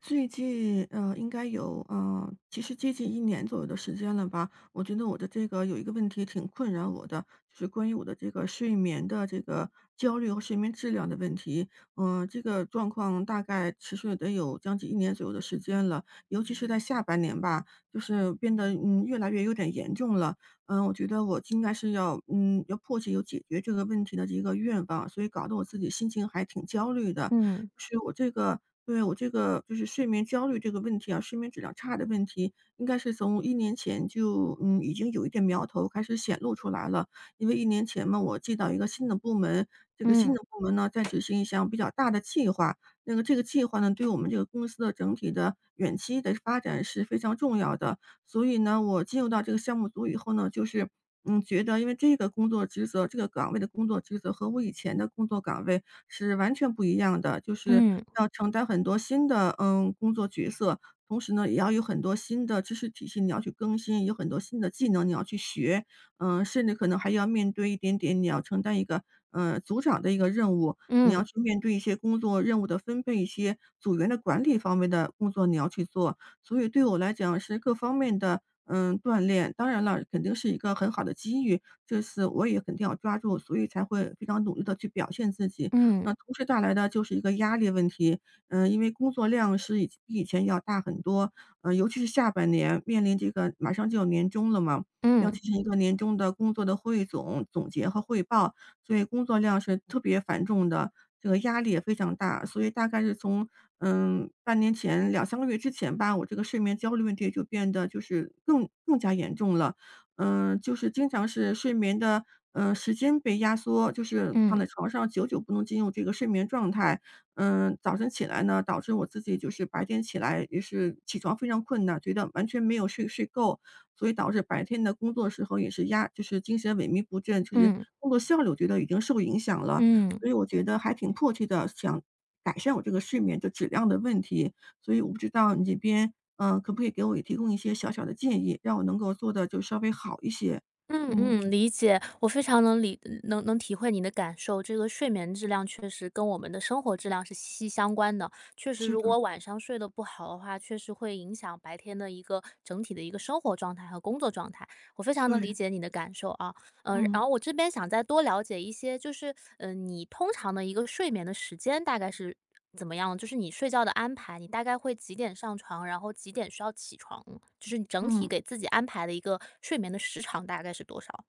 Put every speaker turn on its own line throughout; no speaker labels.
最近，应该有，其实接近一年左右的时间了吧。我觉得我的这个有一个问题挺困扰我的，就是关于我的这个睡眠的这个焦虑和睡眠质量的问题。这个状况大概持续了得有将近一年左右的时间了，尤其是在下半年吧，就是变得，越来越有点严重了。我觉得我应该是要迫切有解决这个问题的一个愿望，所以搞得我自己心情还挺焦虑的。
嗯
是我这个对，我这个就是睡眠焦虑这个问题啊，睡眠质量差的问题，应该是从一年前就，已经有一点苗头开始显露出来了。因为一年前嘛，我接到一个新的部门，这个
嗯
新的部门呢，在执行一项比较大的计划，这个计划呢，对我们这个公司的整体的远期的发展是非常重要的。所以呢，我进入到这个项目组以后呢，就是，觉得因为这个工作职责这个岗位的工作职责和我以前的工作岗位是完全不一样的，就是
嗯
要承担很多新的，工作角色，同时呢，也要有很多新的知识体系，你要去更新，有很多新的技能你要去学，甚至可能还要面对一点点你要承担一个，组长的一个任务，你要
嗯
去面对一些工作任务的分配，一些组员的管理方面的工作你要去做，所以对我来讲是各方面的，锻炼。当然了，肯定是一个很好的机遇，这次我也肯定要抓住，所以才会非常努力的去表现自己。
嗯
那同时带来的就是一个压力问题，因为工作量是以比以前要大很多，尤其是下半年面临这个马上就要年终了嘛，
嗯
要
嗯
进行一个年终的工作的汇总、总结和汇报，所以工作量是特别繁重的，这个压力也非常大。所以大概是从半年前两三个月之前吧，我这个睡眠焦虑问题就变得就是更加严重了。就是经常是睡眠的，时间被压缩，就是躺
嗯
在床上久久不能进入这个睡眠状态。早晨起来呢，导致我自己就是白天起来也是起床非常困难，觉得完全没有睡够，所以导致白天的工作时候也是就是精神萎靡不振，就是
嗯
工作效率我觉得已经受影响了。
嗯
所以我觉得还挺迫切的，想改善我这个睡眠的质量的问题，所以我不知道你这边可不可以给我也提供一些小小的建议，让我能够做的就稍微好一些？嗯，
嗯理解，我非常能理能能体会你的感受。这个睡眠质量确实跟我们的生活质量是息息相关的。确实，
是
如
的，
果晚上睡得不好的话，确实会影响白天的一个整体的一个生活状态和工作状态。我非常能
对，
理解你的感受啊。然
嗯，
后我这边想再多了解一些，就是，你通常的一个睡眠的时间大概是怎么样？就是你睡觉的安排，你大概会几点上床，然后几点需要起床？就是你整体
嗯。
给自己安排的一个睡眠的时长大概是多少？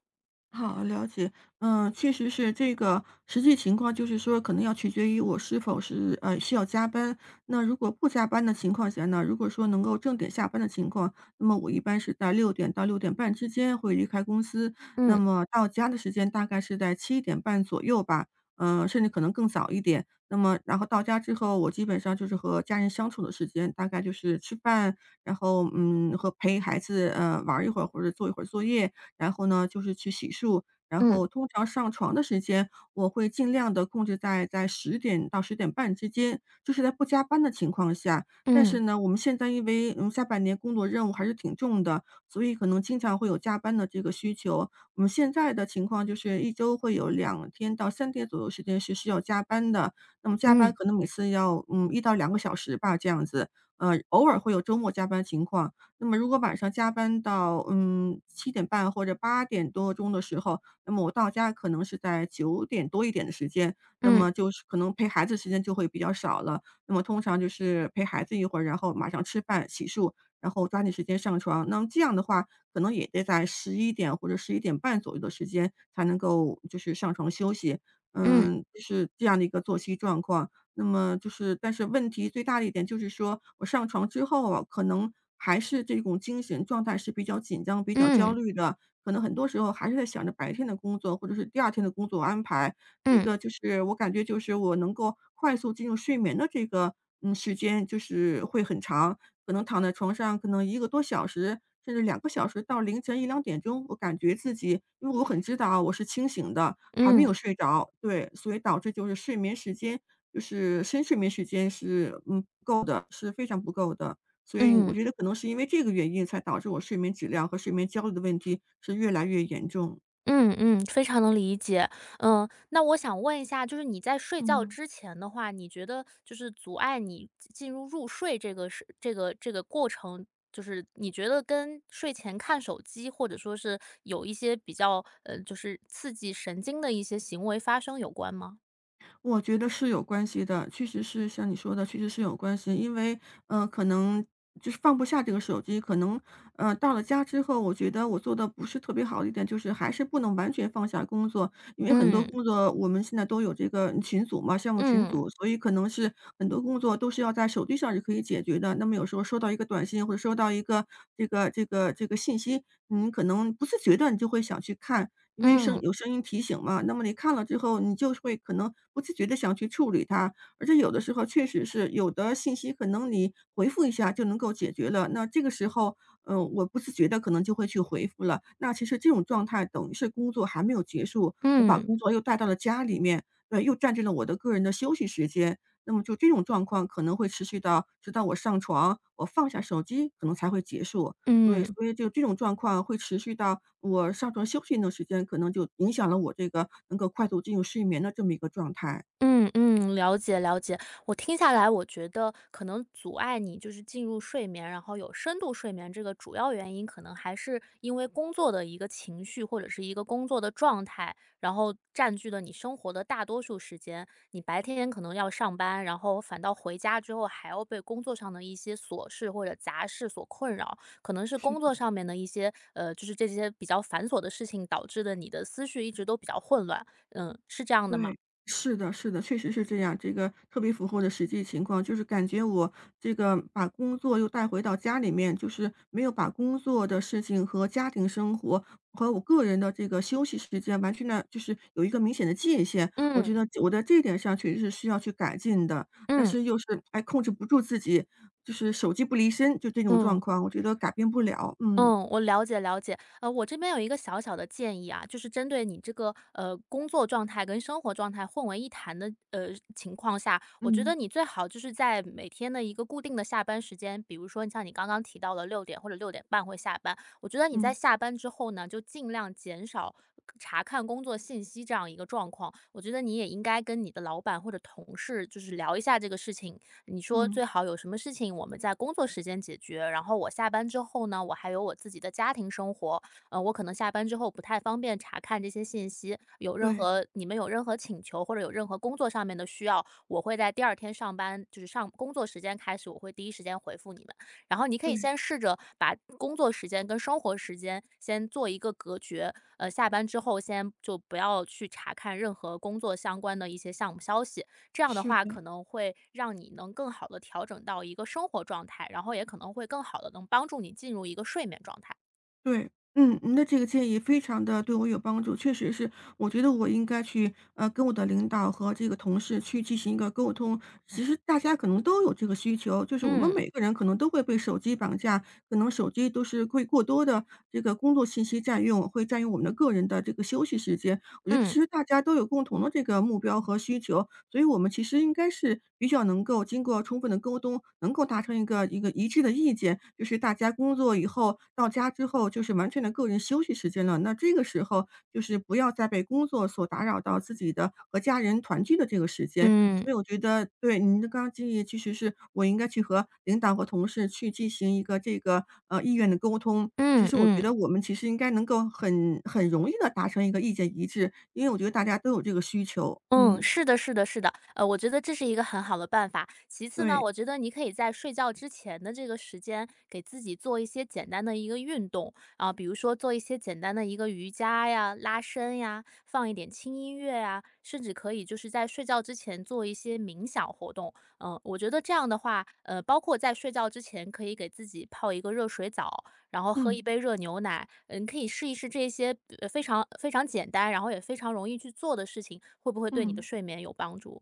好，了解。确实是这个实际情况，就是说可能要取决于我是否是需要加班。那如果不加班的情况下呢，如果说能够正点下班的情况，那么我一般是在6点到6点半之间会离开公司，那
嗯
么到家的时间大概是在七点半左右吧，甚至可能更早一点。那么然后到家之后，我基本上就是和家人相处的时间，大概就是吃饭，然后和陪孩子玩儿一会儿或者做一会儿作业。然后呢，就是去洗漱。然
嗯
后通常上床的时间，我会尽量的控制在10点到10点半之间，就是在不加班的情况下。但
嗯
是呢，我们现在因为，下半年工作任务还是挺重的，所以可能经常会有加班的这个需求。我们现在的情况就是一周会有2天到3天左右时间是需要加班的，那么加班
嗯
可能每次要，1到2个小时吧，这样子。偶尔会有周末加班情况，那么如果晚上加班到，7点半或者8点多钟的时候，那么我到家可能是在9点多一点的时间，那
嗯
么就是可能陪孩子时间就会比较少了。那么通常就是陪孩子一会儿，然后马上吃饭、洗漱，然后抓紧时间上床。那么这样的话，可能也得在11点或者11点半左右的时间才能够就是上床休息。
嗯
就是这样的一个作息状况。那么就是但是问题最大的一点就是说，我上床之后啊，可能还是这种精神状态是比较紧张、比较焦
嗯
虑的，可能很多时候还是在想着白天的工作，或者是第二天的工作安排。这
嗯
个就是我感觉就是我能够快速进入睡眠的这个，时间就是会很长，可能躺在床上可能1个多小时，甚至两个小时到凌晨一两点钟，我感觉自己因为我很知道啊我是清醒的，还没
嗯嗯
有睡着，对，所以导致就是睡眠时间就是深睡眠时间是，不够的，是非常不够的。所以我
嗯。
觉得可能是因为这个原因，才导致我睡眠质量和睡眠焦虑的问题是越来越严重。
嗯，非常能理解。那我想问一下，就是你在睡觉
嗯。
之前的话，你觉得就是阻碍你进入入睡这个是这个过程，就是你觉得跟睡前看手机，或者说是有一些比较就是刺激神经的一些行为发生有关吗？
我觉得是有关系的，确实是像你说的，确实是有关系。因为，可能就是放不下这个手机，可能，到了家之后，我觉得我做的不是特别好的一点，就是还是不能完全放下工作。因为很多
嗯
工作我们现在都有这个群组嘛，项目群
嗯
组，所以可能是很多工作都是要在手机上是可以解决的。那么有时候收到一个短信或者收到一个这个信息，你可能不自觉的你就会想去看。因为
嗯
有声音提醒嘛，那么你看了之后，你就会可能不自觉的想去处理它，而且有的时候确实是有的信息可能你回复一下就能够解决了，那这个时候，我不自觉的可能就会去回复了。那其实这种状态等于是工作还没有结束，我把
嗯
工作又带到了家里面，对，又占据了我的个人的休息时间，那么就这种状况可能会持续到直到我上床，我放下手机可能才会结束。对，
嗯。
所以就这种状况会持续到我上床休息一时间，可能就影响了我这个能够快速进入睡眠的这么一个状态。
嗯嗯，了解了解。我听下来，我觉得可能阻碍你就是进入睡眠，然后有深度睡眠这个主要原因，可能还是因为工作的一个情绪或者是一个工作的状态，然后占据了你生活的大多数时间。你白天可能要上班，然后反倒回家之后还要被工作上的一些琐事或者杂事所困扰，可能是
是
工作
的。
上面的一些就是这些比较繁琐的事情导致的你的思绪一直都比较混乱。是这样的吗？
对，是的，是的，确实是这样，这个特别符合我的实际情况。就是感觉我这个把工作又带回到家里面，就是没有把工作的事情和家庭生活和我个人的这个休息时间完全的，就是有一个明显的界限。我
嗯。
觉得我在这一点上确实是需要去改进的，但
嗯
是又是哎控制不住自己，就是手机不离身，就这种状
嗯
况，我觉得改变不了。嗯
嗯，我了解了解。我这边有一个小小的建议啊，就是针对你这个工作状态跟生活状态混为一谈的情况下，我觉得
嗯
你最好就是在每天的一个固定的下班时间，比如说像你刚刚提到的六点或者6点半会下班，我觉得你在
嗯
下班之后呢，就尽量减少查看工作信息这样一个状况。我觉得你也应该跟你的老板或者同事就是聊一下这个事情，你说
嗯，
最好有什么事情我们在工作时间解决，然后我下班之后呢，我还有我自己的家庭生活，我可能下班之后不太方便查看这些信息，有任
对
何你们有任何请求或者有任何工作上面的需要，我会在第二天上班，就是上工作时间开始，我会第一时间回复你们。然后你可以
对，
先试着把工作时间跟生活时间先做一个隔绝，下班之后先就不要去查看任何工作相关的一些项目消息，这样的
是
话
的。
可能会让你能更好的调整到一个生活状态，然后也可能会更好的能帮助你进入一个睡眠状态。
对，嗯，您的这个建议非常的对我有帮助，确实是，我觉得我应该去，跟我的领导和这个同事去进行一个沟通。其实大家可能都有这个需求，就是我们
嗯
每个人可能都会被手机绑架，可能手机都是会过多的这个工作信息占用，会占用我们的个人的这个休息时间。我觉得
嗯
其实大家都有共同的这个目标和需求，所以我们其实应该是比较能够经过充分的沟通，能够达成一个一致的意见，就是大家工作以后到家之后就是完全的个人休息时间了。那这个时候就是不要再被工作所打扰到自己的和家人团聚的这个时间，
嗯
所以我觉得对，您的刚刚建议其实是我应该去和领导和同事去进行一个这个，意愿的沟通。其
嗯
实我觉
嗯。
得我们其实应该能够很容易的达成一个意见一致，因为我觉得大家都有这个需求。
嗯，
嗯，
是的，是的，是的，我觉得这是一个很好的办法。其次呢，
对，
我觉得你可以在睡觉之前的这个时间，给自己做一些简单的一个运动啊，比如说做一些简单的一个瑜伽呀、拉伸呀，放一点轻音乐呀，甚至可以就是在睡觉之前做一些冥想活动。我觉得这样的话，包括在睡觉之前可以给自己泡一个热水澡，然后喝
嗯，
一杯热牛奶，可以试一试这些非常非常简单，然后也非常容易去做的事情，会不会对你的
嗯。
睡眠有帮助？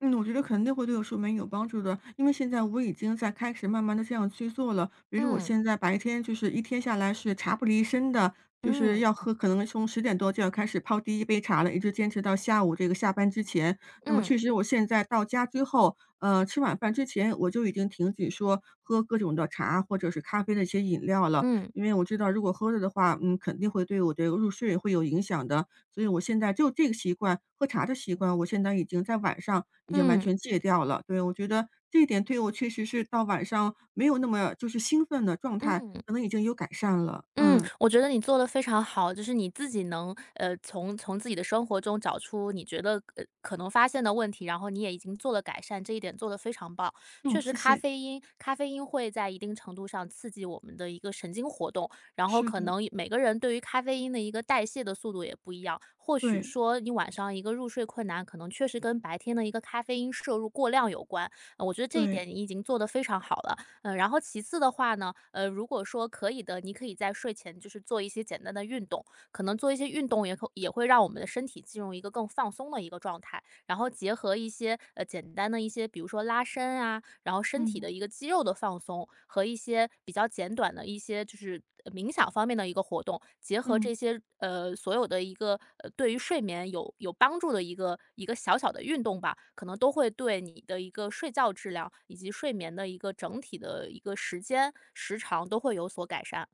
嗯，我觉得肯定会对我睡眠有帮助的，因为现在我已经在开始慢慢的这样去做了。比如说我
嗯
现在白天就是一天下来是茶不离身的，就是
嗯
要喝可能从10点多就要开始泡第一杯茶了，一直坚持到下午这个下班之前。那么
嗯
确实我现在到家之后，吃晚饭之前，我就已经停止说喝各种的茶或者是咖啡的一些饮料了。
嗯
因为我知道如果喝了的话，嗯，肯定会对我的入睡会有影响的。所以我现在就这个习惯，喝茶的习惯，我现在已经在晚上已经完
嗯
全戒掉了。对，我觉得这一点对我确实是到晚上没有那么就是兴奋的状态，
嗯嗯。
可能已经有改善了。
嗯，
嗯，
我觉得你做的非常好，就是你自己能，从自己的生活中找出你觉得，可能发现的问题，然后你也已经做了改善，这一点做得非常棒。确
嗯，
实
谢
咖
谢。
啡因咖啡因会在一定程度上刺激我们的一个神经活动，然后
是
可
的，
能每个人对于咖啡因的一个代谢的速度也不一样。或许
对，
说你晚上一个入睡困难，可能确实跟白天的一个咖啡因摄入过量有关，我觉得这一
对，
点你已经做得非常好了。然后其次的话呢，如果说可以的，你可以在睡前就是做一些简单的运动，可能做一些运动也会让我们的身体进入一个更放松的一个状态。然后结合一些简单的一些，比如说拉伸啊，然后身体
嗯，
的一个肌肉的放松和一些比较简短的一些就是冥想方面的一个活动，结合
嗯。
这些所有的一个对于睡眠有帮助的一个小小的运动吧，可能都会对你的一个睡觉质量以及睡眠的一个整体的一个时间时长都会有所改善。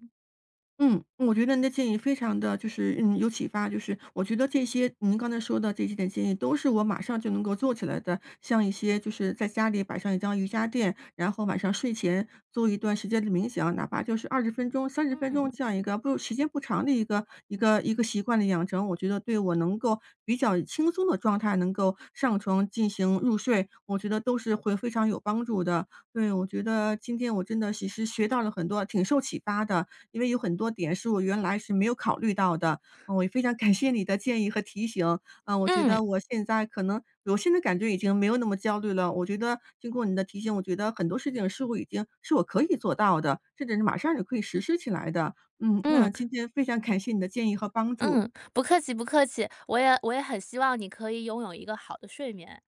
嗯，我觉得您的建议非常的就是嗯，有启发，就是我觉得这些您刚才说的这几点建议都是我马上就能够做起来的。像一些就是在家里摆上一张瑜伽垫，然后晚上睡前做一段时间的冥想，哪怕就是20分钟、30分钟
嗯
这样一个不时间不长的一个习惯的养成，我觉得对我能够比较轻松的状态能够上床进行入睡，我觉得都是会非常有帮助的。对，我觉得今天我真的其实学到了很多，挺受启发的。因为有很多点是我原来是没有考虑到的。嗯，我也非常感谢你的建议和提醒，嗯，我觉
嗯。
得我现在可能我现在感觉已经没有那么焦虑了。我觉得经过你的提醒，我觉得很多事情是我已经是我可以做到的，甚至是马上就可以实施起来的。嗯，
嗯
那今天非常感谢你的建议和帮助。
嗯，不客气不客气，我也很希望你可以拥有一个好的睡眠。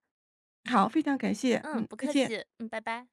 好，非常感谢，
嗯，
嗯，
不
再
客
见。
气，嗯，拜拜。